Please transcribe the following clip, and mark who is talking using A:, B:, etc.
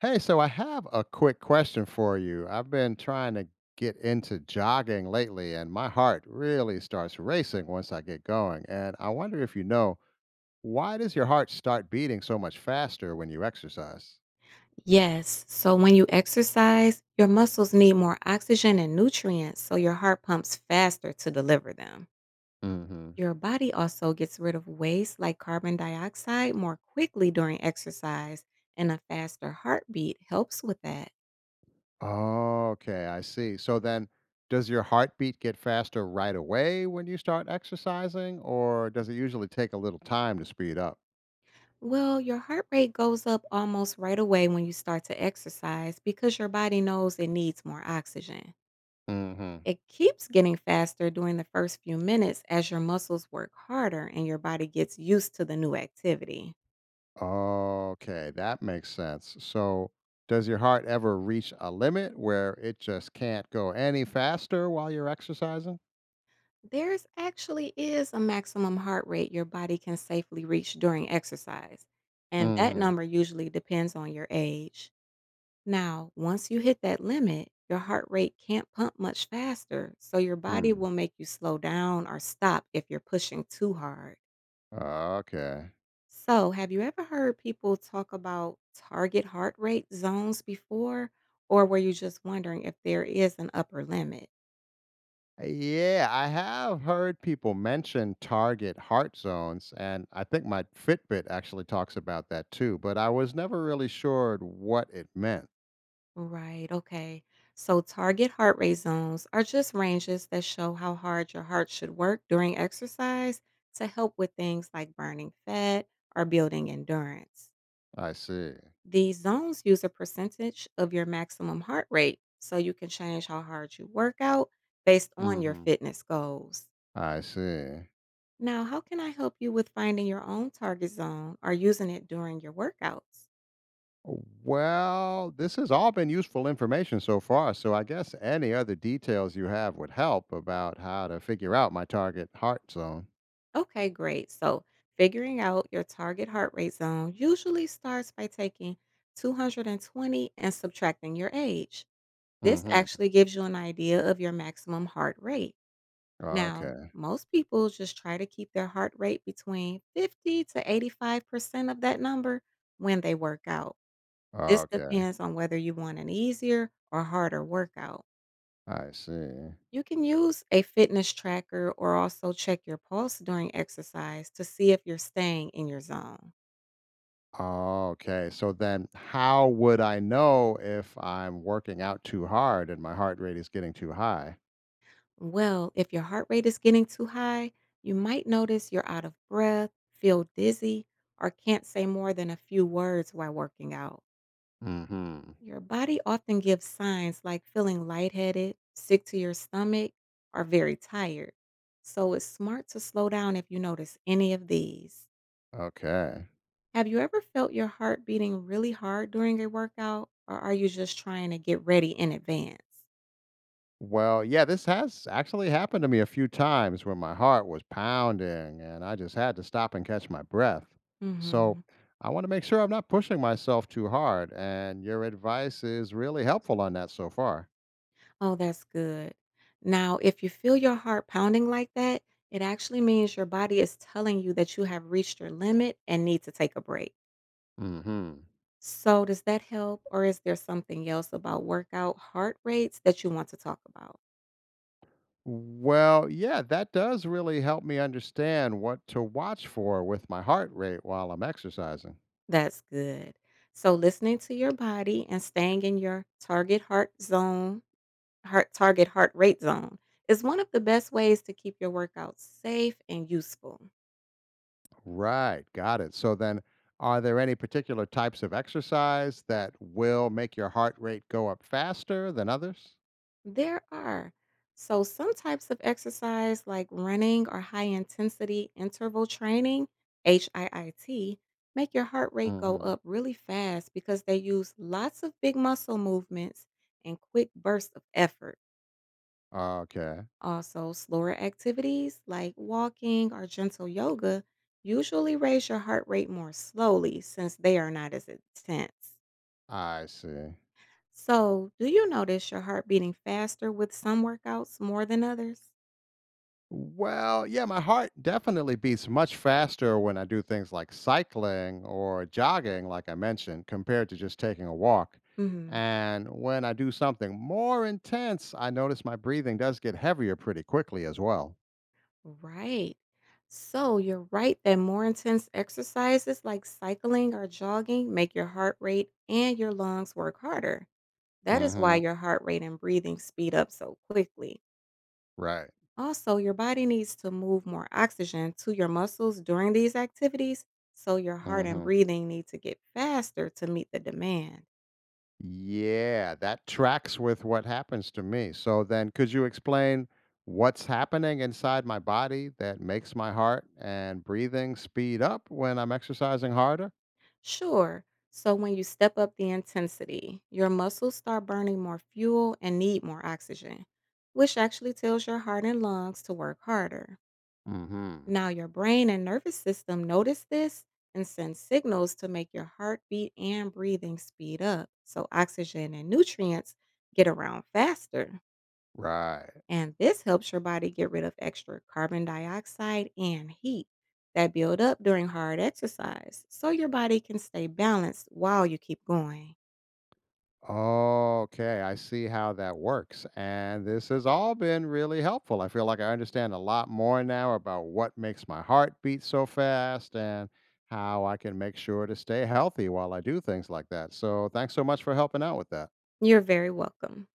A: Hey, so I have a quick question for you. I've been trying to get into jogging lately, and my heart really starts racing once I get going. And I wonder if you know, why does your heart start beating so much faster when you exercise?
B: Yes. So when you exercise, your muscles need more oxygen and nutrients, so your heart pumps faster to deliver them.
A: Hmm.
B: Your body also gets rid of waste like carbon dioxide more quickly during exercise, and a faster heartbeat helps with that.
A: Okay, I see. So then, does your heartbeat get faster right away when you start exercising, or does it usually take a little time to speed up?
B: Well, your heart rate goes up almost right away when you start to exercise because your body knows it needs more oxygen.
A: Hmm.
B: It keeps getting faster during the first few minutes as your muscles work harder and your body gets used to the new activity.
A: Okay, that makes sense. So, does your heart ever reach a limit where it just can't go any faster while you're exercising?
B: There's actually is a maximum heart rate your body can safely reach during exercise, and that
A: Mm-hmm.
B: number usually depends on your age. Now, once you hit that limit, your heart rate can't pump much faster, so your body
A: Hmm.
B: will make you slow down or stop if you're pushing too hard.
A: Okay.
B: So, have you ever heard people talk about target heart rate zones before, or were you just wondering if there is an upper limit?
A: Yeah, I have heard people mention target heart zones, and I think my Fitbit actually talks about that too, but I was never really sure what it meant.
B: Right. Okay. So target heart rate zones are just ranges that show how hard your heart should work during exercise to help with things like burning fat or building endurance.
A: I see.
B: These zones use a percentage of your maximum heart rate so you can change how hard you work out based on your
A: Mm-hmm.
B: fitness goals.
A: I see.
B: Now, how can I help you with finding your own target zone or using it during your workouts?
A: Well, this has all been useful information so far, so I guess any other details you have would help about how to figure out my target heart zone.
B: Okay, great. So, figuring out your target heart rate zone usually starts by taking 220 and subtracting your age. This
A: Mhm.
B: actually gives you an idea of your maximum heart rate. Now,
A: Okay.
B: most people just try to keep their heart rate between 50 to 85% of that number when they work out. This
A: Okay.
B: depends on whether you want an easier or harder workout.
A: I see.
B: You can use a fitness tracker or also check your pulse during exercise to see if you're staying in your zone.
A: Okay. So then how would I know if I'm working out too hard and my heart rate is getting too high?
B: Well, if your heart rate is getting too high, you might notice you're out of breath, feel dizzy, or can't say more than a few words while working out.
A: Mhm.
B: Your body often gives signs like feeling lightheaded, sick to your stomach, or very tired. So it's smart to slow down if you notice any of these.
A: Okay.
B: Have you ever felt your heart beating really hard during a workout, or are you just trying to get ready in advance?
A: Well, yeah, this has actually happened to me a few times when my heart was pounding and I just had to stop and catch my breath. So
B: Mhm.
A: I want to make sure I'm not pushing myself too hard, and your advice is really helpful on that so far.
B: Oh, that's good. Now, if you feel your heart pounding like that, it actually means your body is telling you that you have reached your limit and need to take a break.
A: Hmm.
B: So, does that help, or is there something else about workout heart rates that you want to talk about?
A: Well, yeah, that does really help me understand what to watch for with my heart rate while I'm exercising.
B: That's good. So, listening to your body and staying in your target heart rate zone is one of the best ways to keep your workouts safe and useful.
A: Right, got it. So then, are there any particular types of exercise that will make your heart rate go up faster than others?
B: There are, so some types of exercise like running or high intensity interval training, HIIT, make your heart rate go
A: Mhm.
B: up really fast because they use lots of big muscle movements and quick bursts of effort.
A: Okay,
B: Also, slower activities like walking or gentle yoga usually raise your heart rate more slowly since they are not as intense.
A: I see.
B: So, do you notice your heart beating faster with some workouts more than others?
A: Well, yeah, my heart definitely beats much faster when I do things like cycling or jogging, like I mentioned, compared to just taking a walk.
B: Hmm.
A: And when I do something more intense, I notice my breathing does get heavier pretty quickly as well.
B: Right. So, you're right that more intense exercises like cycling or jogging make your heart rate and your lungs work harder. That is why
A: Hmm.
B: your heart rate and breathing speed up so quickly.
A: Right.
B: Also, your body needs to move more oxygen to your muscles during these activities, so your heart and
A: Hmm.
B: breathing need to get faster to meet the demand.
A: Yeah, that tracks with what happens to me. So then, could you explain what's happening inside my body that makes my heart and breathing speed up when I'm exercising harder?
B: Sure, so when you step up the intensity, your muscles start burning more fuel and need more oxygen, which actually tells your heart and lungs to work harder.
A: Hmm.
B: Now, your brain and nervous system notice this and send signals to make your heartbeat and breathing speed up so oxygen and nutrients get around faster.
A: Right.
B: And this helps your body get rid of extra carbon dioxide and heat that build up during hard exercise so your body can stay balanced while you keep going.
A: Okay, I see how that works. And this has all been really helpful. I feel like I understand a lot more now about what makes my heart beat so fast and how I can make sure to stay healthy while I do things like that. So, thanks so much for helping out with that.
B: You're very welcome.